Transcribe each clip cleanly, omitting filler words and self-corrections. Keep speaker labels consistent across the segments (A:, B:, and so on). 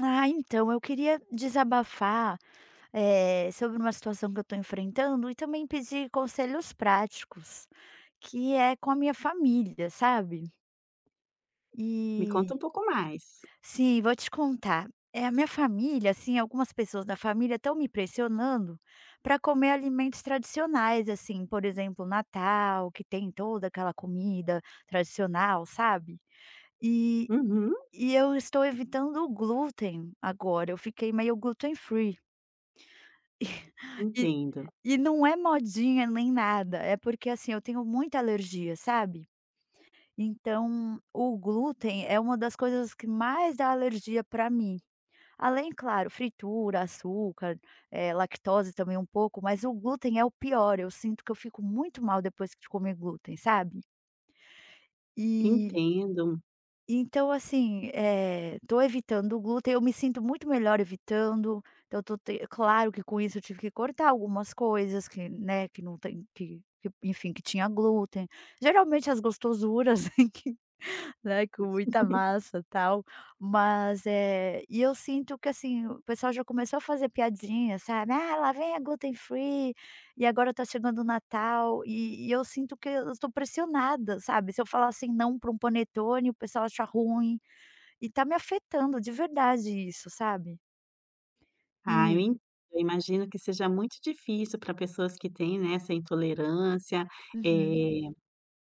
A: Ah, então, eu queria desabafar, sobre uma situação que eu estou enfrentando e também pedir conselhos práticos, que é com a minha família, sabe.
B: Me conta
A: E
B: um pouco mais.
A: sim, vou te contar. É a minha família, assim, algumas pessoas da família estão me pressionando para comer alimentos tradicionais, assim, por exemplo, Natal, que tem toda aquela comida tradicional, sabe. E
B: Uhum,
A: e eu estou evitando o glúten agora, eu fiquei meio gluten free.
B: entendo,
A: E não é modinha nem nada, é porque, assim, eu tenho muita alergia, sabe. Então, o glúten é uma das coisas que mais dá alergia para mim. Além, claro, fritura, açúcar, lactose também um pouco, mas o glúten é o pior, eu sinto que eu fico muito mal depois que de comer glúten, sabe. E
B: entendo.
A: Então assim, estou evitando o glúten, eu me sinto muito melhor evitando, então estou te claro que com isso eu tive que cortar algumas coisas que, né, que não tem que enfim, que tinha glúten. Geralmente as gostosuras Né, com muita massa, tal. Mas, é e eu sinto que, assim, o pessoal já começou a fazer piadinha, sabe: "Ah, lá vem a gluten free, e agora tá chegando o Natal", e eu sinto que eu estou pressionada, sabe. Se eu falar assim não para um panetone, o pessoal acha ruim, e tá me afetando de verdade isso, sabe.
B: Ah, eu
A: E
B: entendo. Eu imagino que seja muito difícil para pessoas que têm, né, essa intolerância,
A: uhum.
B: eh,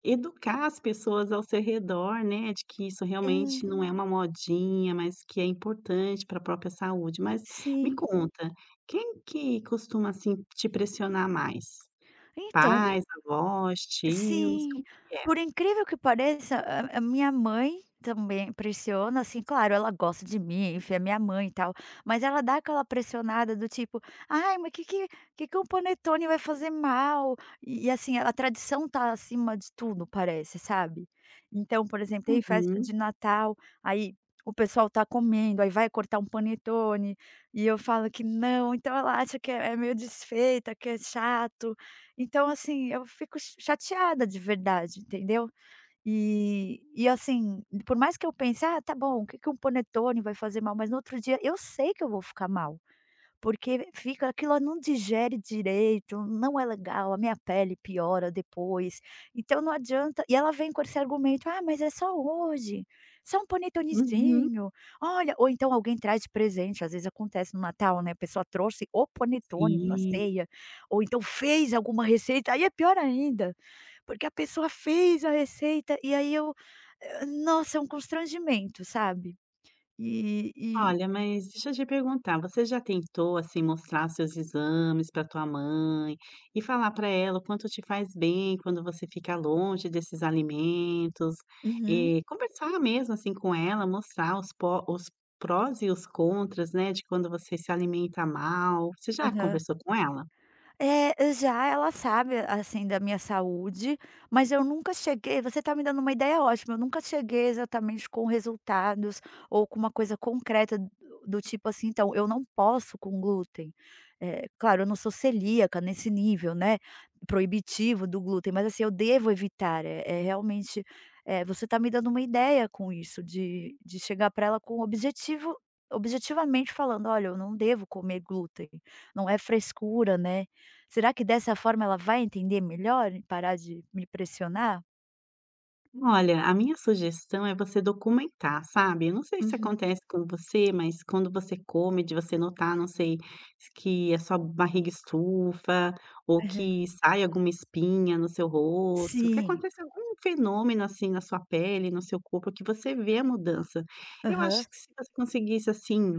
B: educar as pessoas ao seu redor, né, de que isso
A: É,
B: realmente não é uma modinha, mas que é importante para a própria saúde. Mas me
A: sim.
B: conta, quem que costuma, assim, te pressionar mais?
A: Então
B: Pais, avós, tios,
A: Sim,
B: como que é?
A: por incrível que pareça, a minha mãe também pressiona, assim, claro, ela gosta de mim, enfim, é minha mãe e tal, mas ela dá aquela pressionada do tipo: "Ai, mas que que um panetone vai fazer mal?" E, assim, a tradição tá acima de tudo, parece, sabe. Então, por exemplo, tem festa
B: Uhum,
A: de Natal, aí o pessoal tá comendo, aí vai cortar um panetone, e eu falo que não, então ela acha que é meio desfeita, que é chato. Então, assim, eu fico ch chateada de verdade, entendeu? E assim, por mais que eu pense: "Ah, tá bom, o que que um panetone vai fazer mal?", mas no outro dia eu sei que eu vou ficar mal. Porque fica aquilo ó, não digere direito, não é legal, a minha pele piora depois, então não adianta e ela vem com esse argumento: "Ah, mas é só hoje, só um
B: uhum.
A: panetonezinho, olha" ou então alguém traz de presente, às vezes acontece no Natal, né, a pessoa trouxe o panetone para
B: Sim.
A: ceia, ou então fez alguma receita, aí é pior ainda, porque a pessoa fez a receita e aí eu, nossa, é um constrangimento, sabe. E e
B: Olha, mas deixa eu te perguntar, você já tentou, assim, mostrar seus exames para tua mãe e falar para ela o quanto te faz bem quando você fica longe desses alimentos?
A: uhum,
B: E conversar mesmo, assim, com ela, mostrar os prós e os contras, né, de quando você se alimenta mal. Você já
A: aham.
B: conversou com ela?
A: É, já ela sabe, assim, da minha saúde, mas eu nunca cheguei você está me dando uma ideia ótima, eu nunca cheguei exatamente com resultados ou com uma coisa concreta do tipo assim: "Então, eu não posso com glúten". É claro, eu não sou celíaca nesse nível, né, proibitivo do glúten, mas assim, eu devo evitar, é realmente, é você está me dando uma ideia com isso, de chegar para ela com objetivo objetivamente falando: "Olha, eu não devo comer glúten, não é frescura, né". Será que dessa forma ela vai entender melhor e parar de me pressionar?
B: Olha, a minha sugestão é você documentar, sabe. Eu não sei se
A: Uhum.
B: acontece com você, mas quando você come, de você notar, não sei, que a sua barriga estufa ou
A: Aham.
B: que sai alguma espinha no seu rosto, que
A: Sim.
B: acontece algum fenômeno, assim, na sua pele, no seu corpo, que você vê a mudança. Eu acho
A: Aham.
B: que se você conseguisse, assim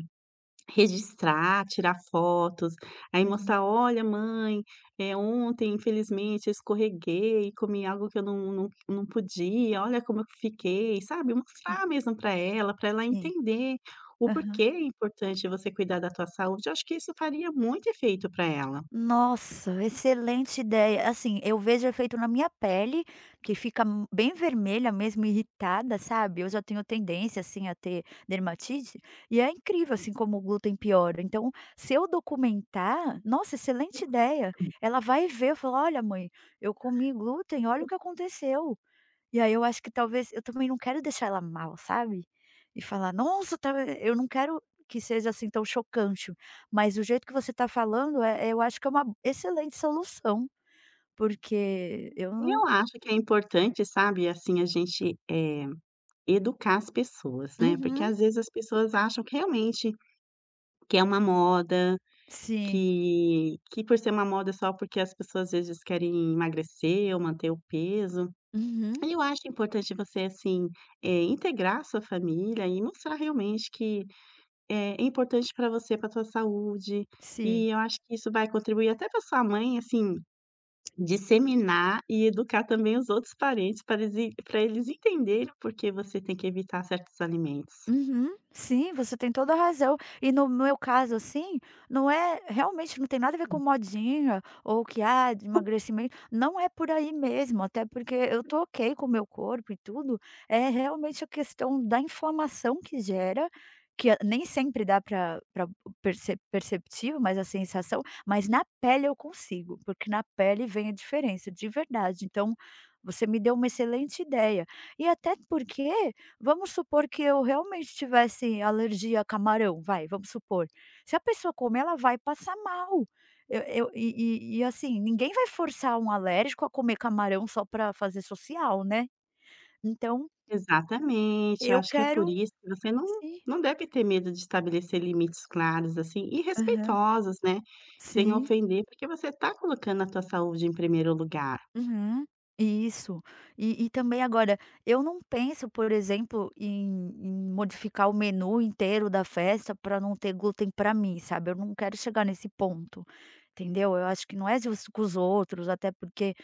B: registrar, tirar fotos, aí
A: Uhum.
B: mostrar: "Olha mãe, é ontem infelizmente eu escorreguei, comi algo que eu não podia, olha como eu fiquei", sabe,
A: Hum,
B: mostrar mesmo para ela
A: sim.
B: entender o porquê
A: Aham.
B: é importante você cuidar da tua saúde. Eu acho que isso faria muito efeito para ela.
A: Nossa, excelente ideia. Assim, eu vejo efeito na minha pele, que fica m bem vermelha mesmo, irritada, sabe. Eu já tenho tendência, assim, a ter dermatite, e é incrível, assim, como o glúten piora. Então, se eu documentar nossa, excelente ideia. Ela vai ver, falar: "Olha mãe, eu comi glúten, olha o que aconteceu". E aí eu acho que talvez eu também não quero deixar ela mal, sabe? E falar: "Nossa, tá" eu não quero que seja, assim, tão chocante, mas o jeito que você está falando, é eu acho que é uma excelente solução, porque eu
B: E
A: não
B: eu acho que é importante, sabe, assim, a gente, educar as pessoas, né, porque
A: Uhum,
B: às vezes as pessoas acham que realmente que é uma moda.
A: sim.
B: Que por ser uma moda só porque as pessoas às vezes querem emagrecer ou manter o peso.
A: Uhum,
B: E eu acho importante você, assim, integrar a sua família e mostrar realmente que é importante para você, para sua saúde.
A: sim.
B: E eu acho que isso vai contribuir até para sua mãe, assim, disseminar e educar também os outros parentes para eles entenderem porque você tem que evitar certos alimentos.
A: Uhum. Sim, você tem toda a razão. E no meu caso, assim, não é realmente não tem nada a ver com modinha ou que há de emagrecimento, não é por aí mesmo, até porque eu tô ok com o meu corpo e tudo. É realmente a questão da inflamação que gera, que nem sempre dá para perceptível, mas a sensação, mas na pele eu consigo, porque na pele vem a diferença, de verdade. Então, você me deu uma excelente ideia. E até porque vamos supor que eu realmente tivesse alergia a camarão, vai, vamos supor. Se a pessoa comer, ela vai passar mal. Eu assim, ninguém vai forçar um alérgico a comer camarão só para fazer social, né. Então
B: Exatamente, eu
A: eu
B: acho que é por
A: quero
B: isso que você não
A: sim.
B: não deve ter medo de estabelecer limites claros, assim, e
A: Aham.
B: respeitosos, né, sem
A: Sim.
B: ofender, porque você está colocando a tua saúde em primeiro lugar.
A: Uhum, isso. E também agora, eu não penso, por exemplo, em modificar o menu inteiro da festa para não ter glúten para mim, sabe, eu não quero chegar nesse ponto, entendeu. Eu acho que não é justo com os outros, até porque,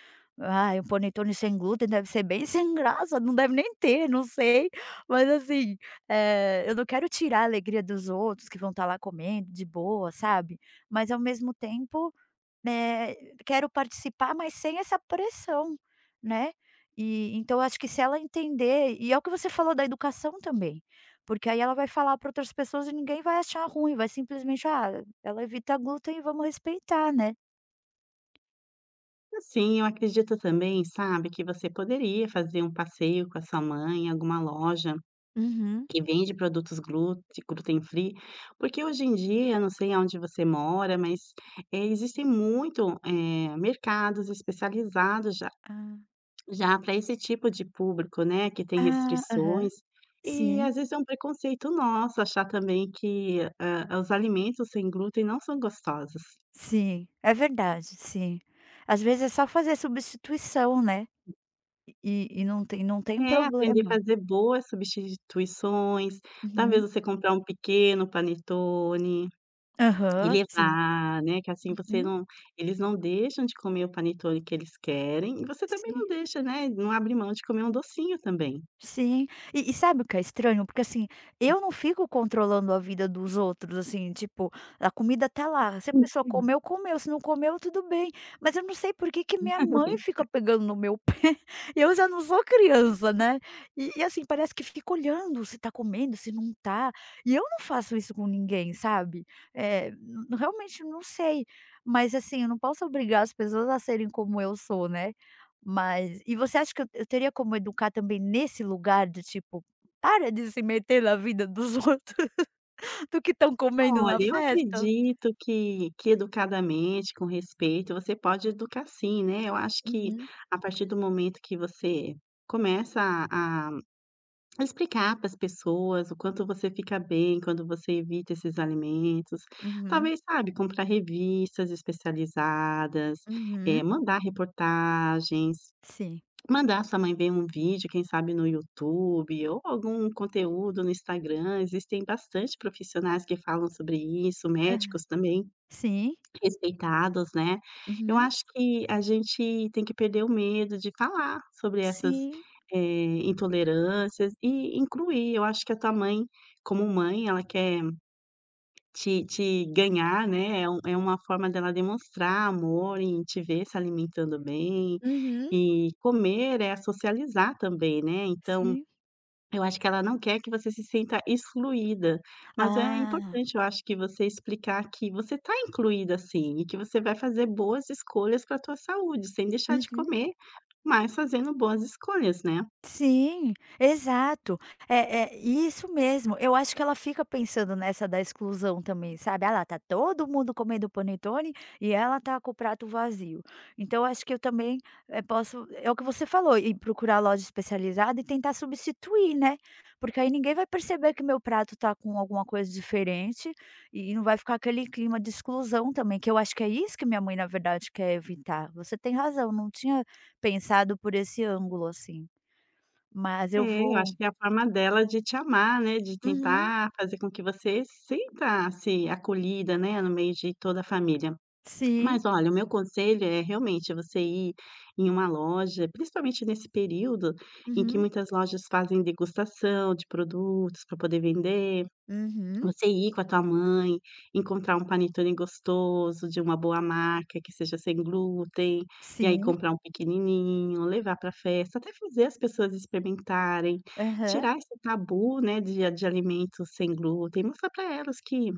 A: ai, um panetone sem glúten deve ser bem sem graça, não deve nem ter, não sei. Mas assim, eu não quero tirar a alegria dos outros que vão estar lá comendo de boa, sabe. Mas ao mesmo tempo né, quero participar, mas sem essa pressão, né. E então acho que se ela entender e é o que você falou da educação também, porque aí ela vai falar para outras pessoas e ninguém vai achar ruim, vai simplesmente: "Ah, ela evita glúten e vamos respeitar, né".
B: Assim, eu acredito também, sabe, que você poderia fazer um passeio com a sua mãe em alguma loja
A: Uhum.
B: que vende produtos glúten gluten free, porque hoje em dia, não sei aonde você mora, mas, existem muito, mercados especializados
A: Ah.
B: já para esse tipo de público, né, que tem
A: Ah, aham.
B: restrições, e
A: Sim,
B: às vezes é um preconceito nosso achar também que, hã, os alimentos sem glúten não são gostosos.
A: sim, é verdade, sim. Às vezes é só fazer substituição, né, e não tem
B: É, aprender a
A: problema.
B: fazer boas substituições, talvez
A: Uhum.
B: você comprar um pequeno panetone e
A: Aham, sim.
B: levar, né, que assim você
A: Uhum,
B: não eles não deixam de comer o panetone que eles querem e você também
A: sim.
B: não deixa, né, não abre mão de comer um docinho também.
A: Sim. E sabe o que é estranho? Porque, assim, eu não fico controlando a vida dos outros, assim, tipo, a comida tá lá, se a pessoa comeu, comeu, se não comeu, tudo bem. Mas eu não sei por que que minha mãe fica pegando no meu pé, eu já não sou criança, né. E, assim, parece que fica olhando se tá comendo, se não tá, e eu não faço isso com ninguém, sabe. Eh, n realmente não sei, mas, assim, eu não posso obrigar as pessoas a serem como eu sou, né. Mas e você acha que eu teria como educar também nesse lugar de tipo: "Para de se meter na vida dos outros, do que estão comendo
B: Olha,
A: na
B: eu
A: festa"?
B: acredito que educadamente, com respeito, você pode educar sim, né. Eu acho que
A: Uhum,
B: a partir do momento que você começa a a explicar para as pessoas o quanto você fica bem quando você evita esses alimentos,
A: uhum,
B: talvez, sabe, comprar revistas especializadas,
A: uhum,
B: mandar reportagens.
A: sim.
B: Mandar sua mãe ver um vídeo, quem sabe no YouTube ou algum conteúdo no Instagram, existem bastante profissionais que falam sobre isso,
A: Aham.
B: médicos também
A: Sim.
B: respeitados, né. Eu
A: Uhum.
B: acho que a gente tem que perder o medo de falar sobre essas,
A: Sim.
B: intolerâncias e incluir. Eu acho que a tua mãe, como mãe, ela quer te ganhar, né, é um é uma forma dela demonstrar amor em te ver se alimentando bem,
A: Uhum.
B: e comer é socializar também, né, então
A: Sim.
B: eu acho que ela não quer que você se sinta excluída, mas é
A: Ah.
B: importante eu acho que você explicar que você está incluída sim, e que você vai fazer boas escolhas para a tua saúde, sem deixar de
A: Uhum.
B: comer, mas fazendo boas escolhas, né.
A: Sim, exato. É isso mesmo. Eu acho que ela fica pensando nessa da exclusão também, sabe. Ah lá, tá todo mundo comendo panetone e ela tá com o prato vazio. Então acho que eu também, posso é o que você falou, ir procurar loja especializada e tentar substituir, né. Porque aí ninguém vai perceber que meu prato tá com alguma coisa diferente e não vai ficar aquele clima de exclusão também, que eu acho que é isso que minha mãe, na verdade, quer evitar. Você tem razão, não tinha pensado por esse ângulo assim. Mas eu
B: É, eu acho
A: vou
B: que é a forma dela de te amar, né, de
A: uhum,
B: tentar fazer com que você sinta-se acolhida, né, no meio de toda a família.
A: sim.
B: Mas olha, o meu conselho é realmente você ir em uma loja, principalmente nesse período em que
A: Uhum,
B: muitas lojas fazem degustação de produtos para poder vender.
A: uhum.
B: Você ir com a tua mãe, encontrar um panetone gostoso, de uma boa marca, que seja sem glúten, e aí
A: Sim,
B: comprar um pequenininho, levar pra festa, até fazer as pessoas experimentarem,
A: aham.
B: tirar esse tabu, né, de alimentos sem glúten, mostrar para elas que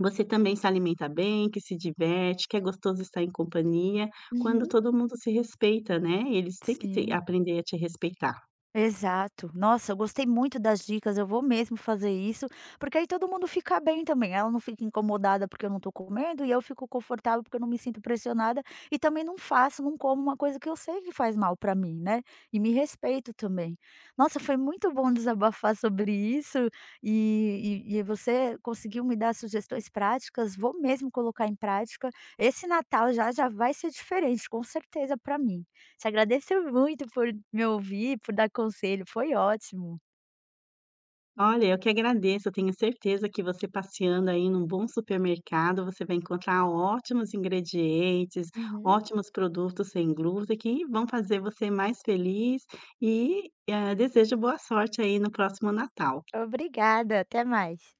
B: você também se alimenta bem, que se diverte, que é gostoso estar em companhia, quando
A: Uhum.
B: todo mundo se respeita, né, eles têm que te
A: Sim.
B: aprender a te respeitar.
A: Exato. Nossa, eu gostei muito das dicas, eu vou mesmo fazer isso, porque aí todo mundo fica bem também. Ela não fica incomodada porque eu não tô comendo, e eu fico confortável porque eu não me sinto pressionada, e também não faço, não como uma coisa que eu sei que faz mal pra mim, né? E me respeito também. Nossa, foi muito bom desabafar sobre isso, e você conseguiu me dar sugestões práticas, vou mesmo colocar em prática. Esse Natal já vai ser diferente, com certeza, pra mim. Te agradeço muito por me ouvir, por dar conselho, foi ótimo.
B: Olha, eu que agradeço. Eu tenho certeza que você passeando aí num bom supermercado, você vai encontrar ótimos ingredientes,
A: Uhum.
B: ótimos produtos sem glúten que vão fazer você mais feliz e, desejo boa sorte aí no próximo Natal.
A: Obrigada, até mais.